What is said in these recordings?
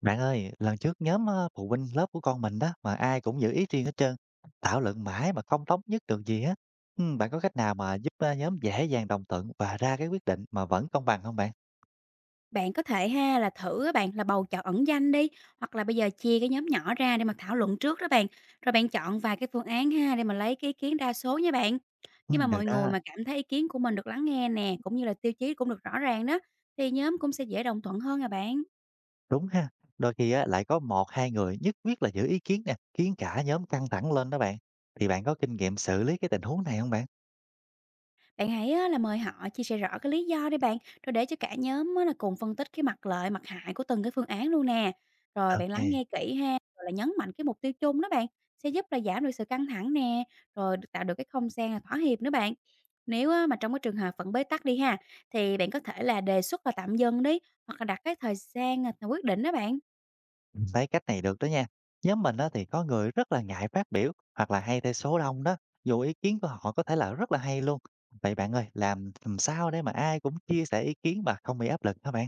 Bạn ơi, lần trước nhóm phụ huynh lớp của con mình đó mà ai cũng giữ ý riêng hết trơn, thảo luận mãi mà không thống nhất được gì á. Ừ, bạn có cách nào mà giúp nhóm dễ dàng đồng thuận và ra cái quyết định mà vẫn công bằng không bạn? Bạn có thể ha là thử á bạn là bầu chọn ẩn danh đi, hoặc là bây giờ chia cái nhóm nhỏ ra để mà thảo luận trước đó bạn. Rồi bạn chọn vài cái phương án ha để mà lấy cái ý kiến đa số nha bạn. Ừ, Khi mà được mọi người đó, mà cảm thấy ý kiến của mình được lắng nghe nè, cũng như là tiêu chí cũng được rõ ràng đó thì nhóm cũng sẽ dễ đồng thuận hơn à bạn. đúng ha. Đôi khi á, lại có một hai người nhất quyết là giữ ý kiến nè, khiến cả nhóm căng thẳng lên đó bạn. Thì bạn có kinh nghiệm xử lý cái tình huống này không bạn? Bạn hãy á, là mời họ chia sẻ rõ cái lý do đi bạn, rồi để cho cả nhóm á, là cùng phân tích cái mặt lợi, mặt hại của từng cái phương án luôn nè. Rồi bạn lắng Ok. nghe kỹ ha, rồi là nhấn mạnh cái mục tiêu chung đó bạn, sẽ giúp là giảm được sự căng thẳng nè, tạo được cái không gian là thỏa hiệp nữa bạn. Nếu á, mà trong cái trường hợp vẫn bế tắc đi ha, thì bạn có thể là đề xuất là tạm dừng đi, hoặc là đặt cái thời gian là quyết định đó bạn. Mình thấy cách này được đó nha. Nhóm mình đó thì có người rất là ngại phát biểu hoặc là hay theo số đông đó, dù ý kiến của họ có thể là rất là hay luôn. Vậy bạn ơi, làm sao để mà ai cũng chia sẻ ý kiến mà không bị áp lực hả bạn?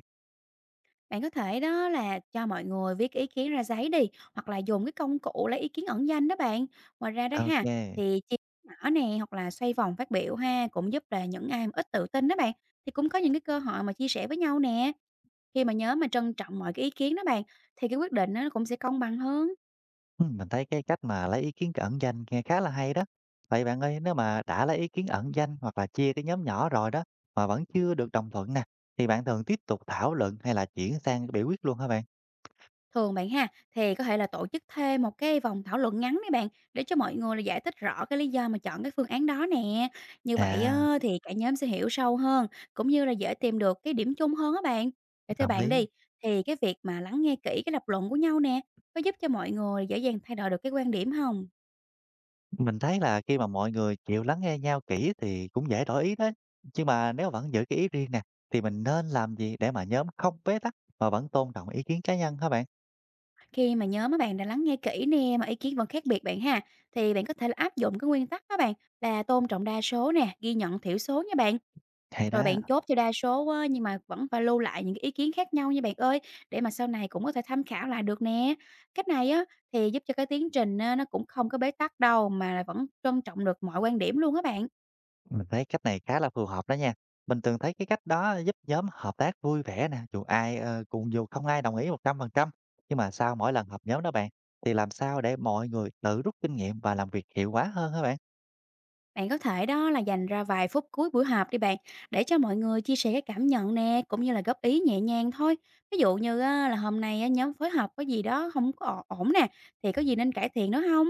Bạn có thể đó là cho mọi người viết ý kiến ra giấy đi, hoặc là dùng cái công cụ lấy ý kiến ẩn danh đó bạn. Ngoài ra đó Ok, ha, thì chia nhỏ nè, hoặc là xoay vòng phát biểu ha, cũng giúp là những ai mà ít tự tin đó bạn, thì cũng có những cái cơ hội mà chia sẻ với nhau nè. Khi mà nhớ mà trân trọng mọi cái ý kiến đó bạn, thì cái quyết định nó cũng sẽ công bằng hơn. ừ, mình thấy cái cách mà lấy ý kiến ẩn danh nghe khá là hay đó. Vậy bạn ơi, nếu mà đã lấy ý kiến ẩn danh hoặc là chia cái nhóm nhỏ rồi đó mà vẫn chưa được đồng thuận nè, thì bạn thường tiếp tục thảo luận hay là chuyển sang biểu quyết luôn hả bạn? Thường bạn ha, thì có thể là tổ chức thêm một cái vòng thảo luận ngắn đấy bạn, để cho mọi người là giải thích rõ cái lý do mà chọn cái phương án đó nè. Như vậy À, á, thì cả nhóm sẽ hiểu sâu hơn, cũng như là dễ tìm được cái điểm chung hơn á bạn. Để theo đồng bạn ý. đi, thì cái việc mà lắng nghe kỹ cái lập luận của nhau nè, có giúp cho mọi người dễ dàng thay đổi được cái quan điểm không? Mình thấy là khi mà mọi người chịu lắng nghe nhau kỹ thì cũng dễ đổi ý đấy. Nhưng mà nếu vẫn giữ cái ý riêng nè, thì mình nên làm gì để mà nhóm không bế tắc mà vẫn tôn trọng ý kiến cá nhân hả bạn? Khi mà nhóm các bạn đã lắng nghe kỹ nè mà ý kiến vẫn khác biệt bạn ha, thì bạn có thể là áp dụng cái nguyên tắc các bạn là tôn trọng đa số nè, ghi nhận thiểu số nha bạn. Hay Rồi đó, bạn chốt cho đa số á, nhưng mà vẫn phải lưu lại những cái ý kiến khác nhau nha bạn ơi, để mà sau này cũng có thể tham khảo lại được nè. Cách này á thì giúp cho cái tiến trình á, nó cũng không có bế tắc đâu mà là vẫn trân trọng được mọi quan điểm luôn á bạn. mình thấy cách này khá là phù hợp đó nha. Mình từng thấy cái cách đó giúp nhóm hợp tác vui vẻ nè, dù ai ờ, cũng dù không ai đồng ý 100%. Nhưng mà sau mỗi lần họp nhóm đó bạn, thì làm sao để mọi người tự rút kinh nghiệm và làm việc hiệu quả hơn hả bạn? Bạn có thể đó là dành ra vài phút cuối buổi họp đi bạn để cho mọi người chia sẻ cái cảm nhận nè cũng như là góp ý nhẹ nhàng thôi. Ví dụ như á, là hôm nay á, nhóm phối hợp có gì đó không có ổn nè thì có gì nên cải thiện nữa không?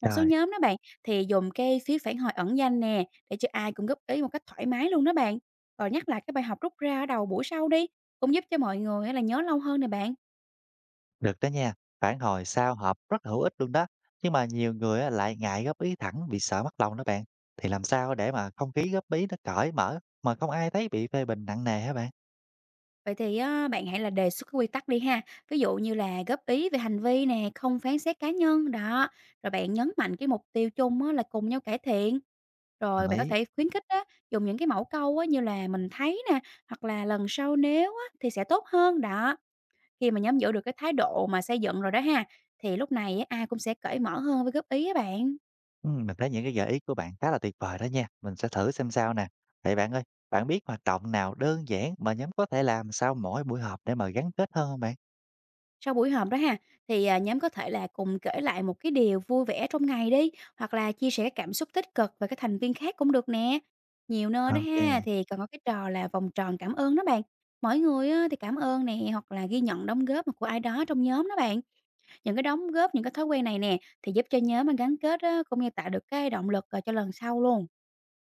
Một số Trời. nhóm đó bạn thì dùng cái phiếu phản hồi ẩn danh nè để cho ai cũng góp ý một cách thoải mái luôn đó bạn. Rồi nhắc lại cái bài học rút ra ở đầu buổi sau đi cũng giúp cho mọi người á, là nhớ lâu hơn nè bạn. Được đó nha, phản hồi sau họp rất là hữu ích luôn đó. Nhưng mà nhiều người á lại ngại góp ý thẳng vì sợ mất lòng đó bạn. Thì làm sao để mà không khí góp ý nó cởi mở mà không ai thấy bị phê bình nặng nề hả bạn? Vậy thì á, bạn hãy là đề xuất cái quy tắc đi ha. Ví dụ như là góp ý về hành vi nè, không phán xét cá nhân đó. Rồi bạn nhấn mạnh cái mục tiêu chung á, là cùng nhau cải thiện. Đồng Rồi bạn có ý. thể khuyến khích á, dùng những cái mẫu câu á, như là mình thấy nè, hoặc là lần sau nếu á, thì sẽ tốt hơn đó. Khi mà nhóm giữ được cái thái độ mà xây dựng rồi đó ha, thì lúc này á, ai cũng sẽ cởi mở hơn với góp ý á bạn. Ừ, mình thấy những cái gợi ý của bạn khá là tuyệt vời đó nha. Mình sẽ thử xem sao nè. Vậy bạn ơi, bạn biết hoạt động nào đơn giản mà nhóm có thể làm sau mỗi buổi họp để mà gắn kết hơn không bạn? Sau buổi họp đó ha, thì, nhóm có thể là cùng kể lại một cái điều vui vẻ trong ngày đi, hoặc là chia sẻ cảm xúc tích cực về các thành viên khác cũng được nè. Nhiều nơi đó ha, Ok. thì còn có cái trò là vòng tròn cảm ơn đó bạn. Mỗi người á, thì cảm ơn nè, hoặc là ghi nhận đóng góp của ai đó trong nhóm đó bạn. Những cái đóng góp, những cái thói quen này nè, thì giúp cho nhóm mà gắn kết á, cũng như tạo được cái động lực, cho lần sau luôn.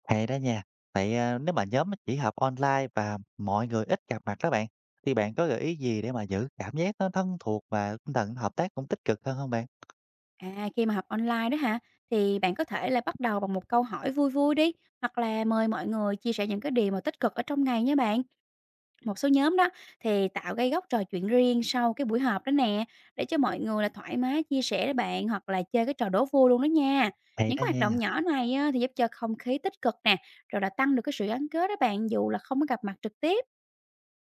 Hay đó nha. Vậy, à, nếu mà nhóm chỉ họp online và mọi người ít gặp mặt đó bạn, thì bạn có gợi ý gì để mà giữ cảm giác nó thân thuộc và tinh thần hợp tác cũng tích cực hơn không bạn? Khi mà họp online đó hả, thì bạn có thể là bắt đầu bằng một câu hỏi vui vui đi, hoặc là mời mọi người chia sẻ những cái điều mà tích cực ở trong ngày nha bạn. Một số nhóm đó thì tạo cái góc trò chuyện riêng sau cái buổi họp đó nè, để cho mọi người là thoải mái chia sẻ đó bạn, hoặc là chơi cái trò đố vui luôn đó nha. Hay Những đó cái hoạt động nha, nhỏ này á, thì giúp cho không khí tích cực nè, rồi là tăng được cái sự gắn kết đó bạn, dù là không có gặp mặt trực tiếp.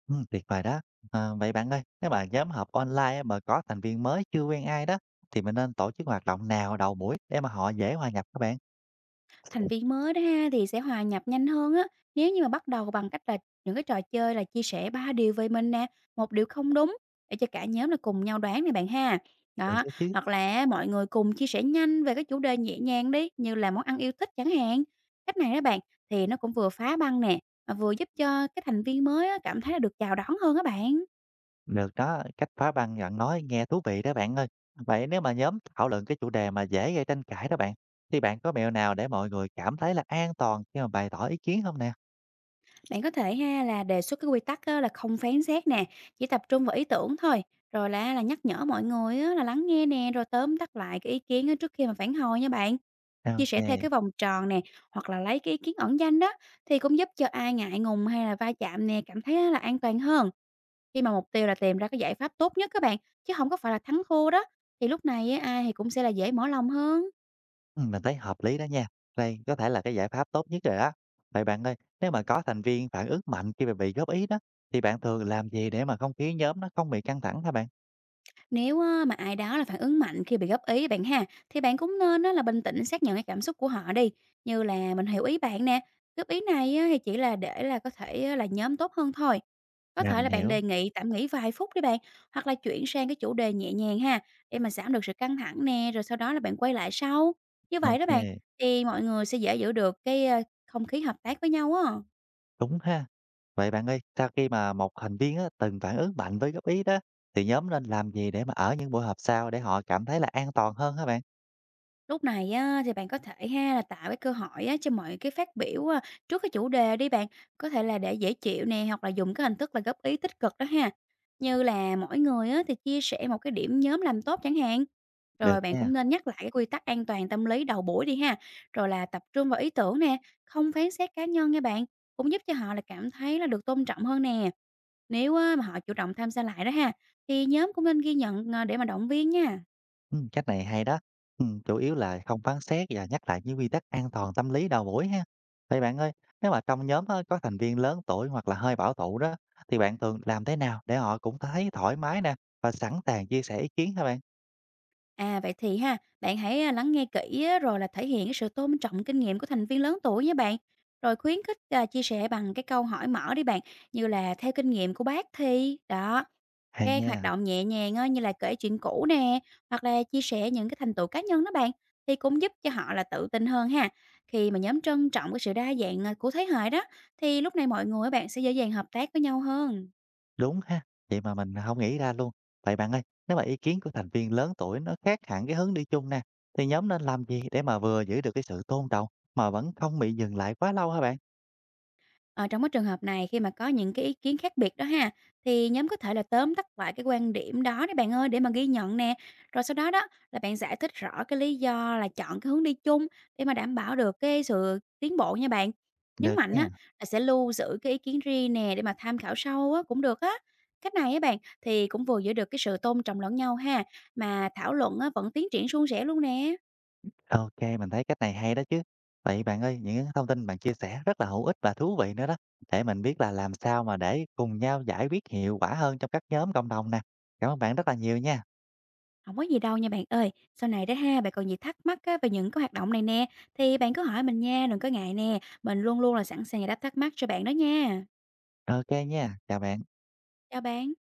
tuyệt vời đó. Ờ, vậy bạn ơi, nếu mà nhóm họp online á mà có thành viên mới chưa quen ai đó, thì mình nên tổ chức hoạt động nào đầu buổi để mà họ dễ hòa nhập các bạn? Thành viên mới đó ha thì sẽ hòa nhập nhanh hơn á, nếu như mà bắt đầu bằng cách là những cái trò chơi là chia sẻ 3 điều về mình nè, một điều không đúng để cho cả nhóm là cùng nhau đoán này bạn ha. Được Đó, đó chứ. hoặc là mọi người cùng chia sẻ nhanh về cái chủ đề nhẹ nhàng đi, như là món ăn yêu thích chẳng hạn. Cách này đó bạn thì nó cũng vừa phá băng nè, mà vừa giúp cho cái thành viên mới á, cảm thấy là được chào đón hơn các bạn. Được đó, cách phá băng giọng nói nghe thú vị đó bạn ơi. Vậy nếu mà nhóm thảo luận cái chủ đề mà dễ gây tranh cãi đó bạn, thì bạn có mẹo nào để mọi người cảm thấy là an toàn khi mà bày tỏ ý kiến không nè? Bạn có thể ha là đề xuất cái quy tắc á, là không phán xét nè, chỉ tập trung vào ý tưởng thôi, rồi là nhắc nhở mọi người á, là lắng nghe nè, rồi tóm tắt lại cái ý kiến á, trước khi mà phản hồi nha bạn. Chia sẻ theo Ok, cái vòng tròn nè, hoặc là lấy cái ý kiến ẩn danh đó thì cũng giúp cho ai ngại ngùng hay là va chạm nè cảm thấy á, là an toàn hơn. Khi mà mục tiêu là tìm ra cái giải pháp tốt nhất các bạn, chứ không có phải là thắng thua đó thì lúc này á, ai thì cũng sẽ là dễ mở lòng hơn. ừ, mình thấy hợp lý đó nha. Đây có thể là cái giải pháp tốt nhất rồi đó. Vậy bạn ơi, nếu mà có thành viên phản ứng mạnh khi mà bị góp ý đó, thì bạn thường làm gì để mà không khí nhóm nó không bị căng thẳng hả bạn? Nếu á, mà ai đó là phản ứng mạnh khi bị góp ý bạn ha, thì bạn cũng nên á, là bình tĩnh xác nhận cái cảm xúc của họ đi. Như là mình hiểu ý bạn nè, góp ý này á, thì chỉ là để là có thể á, là nhóm tốt hơn thôi. Có Dạ thể mình là bạn hiểu. đề nghị tạm nghỉ vài phút đi bạn, hoặc là chuyển sang cái chủ đề nhẹ nhàng ha, để mà giảm được sự căng thẳng nè, rồi sau đó là bạn quay lại sau. Như vậy đó bạn, Ok. thì mọi người sẽ dễ giữ được không khí hợp tác với nhau á. Đúng ha. Vậy bạn ơi, sau khi mà một thành viên á, từng phản ứng mạnh với góp ý đó, thì nhóm nên làm gì để mà ở những buổi họp sau để họ cảm thấy là an toàn hơn hả bạn? Lúc này á, thì bạn có thể ha là tạo cái cơ hội á, cho mọi cái phát biểu trước cái chủ đề đi bạn. Có thể là để dễ chịu nè hoặc là dùng cái hình thức là góp ý tích cực đó ha. Như là mỗi người á, thì chia sẻ một cái điểm nhóm làm tốt chẳng hạn. Được Rồi bạn nha. cũng nên nhắc lại cái quy tắc an toàn tâm lý đầu buổi đi ha. Rồi là tập trung vào ý tưởng nè, không phán xét cá nhân nha bạn. Cũng giúp cho họ là cảm thấy là được tôn trọng hơn nè. Nếu á, mà họ chủ động tham gia lại đó ha, thì nhóm cũng nên ghi nhận để mà động viên nha. Ừ, cách này hay đó. Ừ, chủ yếu là không phán xét và nhắc lại những quy tắc an toàn tâm lý đầu buổi ha. Vậy bạn ơi, nếu mà trong nhóm á, có thành viên lớn tuổi hoặc là hơi bảo thủ đó, thì bạn thường làm thế nào để họ cũng thấy thoải mái nè và sẵn sàng chia sẻ ý kiến hả bạn? Vậy thì ha, bạn hãy lắng nghe kỹ á, rồi là thể hiện cái sự tôn trọng kinh nghiệm của thành viên lớn tuổi nha bạn. Rồi khuyến khích chia sẻ bằng cái câu hỏi mở đi bạn, như là "Theo kinh nghiệm của bác thì" đó, Hay cái hoạt nha. động nhẹ nhàng á, như là kể chuyện cũ nè, hoặc là chia sẻ những cái thành tựu cá nhân đó bạn, thì cũng giúp cho họ là tự tin hơn ha. Khi mà nhóm trân trọng cái sự đa dạng của thế hệ đó, thì lúc này mọi người á bạn sẽ dễ dàng hợp tác với nhau hơn. Đúng ha, vậy mà mình không nghĩ ra luôn. Vậy bạn ơi, nếu mà ý kiến của thành viên lớn tuổi nó khác hẳn cái hướng đi chung nè, thì nhóm nên làm gì để mà vừa giữ được cái sự tôn trọng mà vẫn không bị dừng lại quá lâu hả bạn? Ờ, Trong cái trường hợp này khi mà có những cái ý kiến khác biệt đó ha, thì nhóm có thể là tóm tắt lại cái quan điểm đó đấy bạn ơi để mà ghi nhận nè. Rồi sau đó đó là bạn giải thích rõ cái lý do là chọn cái hướng đi chung để mà đảm bảo được cái sự tiến bộ nha bạn. Nhấn Được mạnh á nha, là sẽ lưu giữ cái ý kiến riêng nè để mà tham khảo sâu á cũng được á. Cách này á bạn thì cũng vừa giữ được cái sự tôn trọng lẫn nhau ha, mà thảo luận á vẫn tiến triển suôn sẻ luôn nè. ok mình thấy cách này hay đó chứ. Vậy bạn ơi, những cái thông tin bạn chia sẻ rất là hữu ích và thú vị nữa đó, để mình biết là làm sao mà để cùng nhau giải quyết hiệu quả hơn trong các nhóm cộng đồng nè. Cảm ơn bạn rất là nhiều nha. Không có gì đâu nha bạn ơi. Sau này đó ha, bạn còn gì thắc mắc á về những cái hoạt động này nè, thì bạn cứ hỏi mình nha, đừng có ngại nè. Mình luôn luôn là sẵn sàng giải đáp thắc mắc cho bạn đó nha. Ok nha, chào bạn. Chào bạn.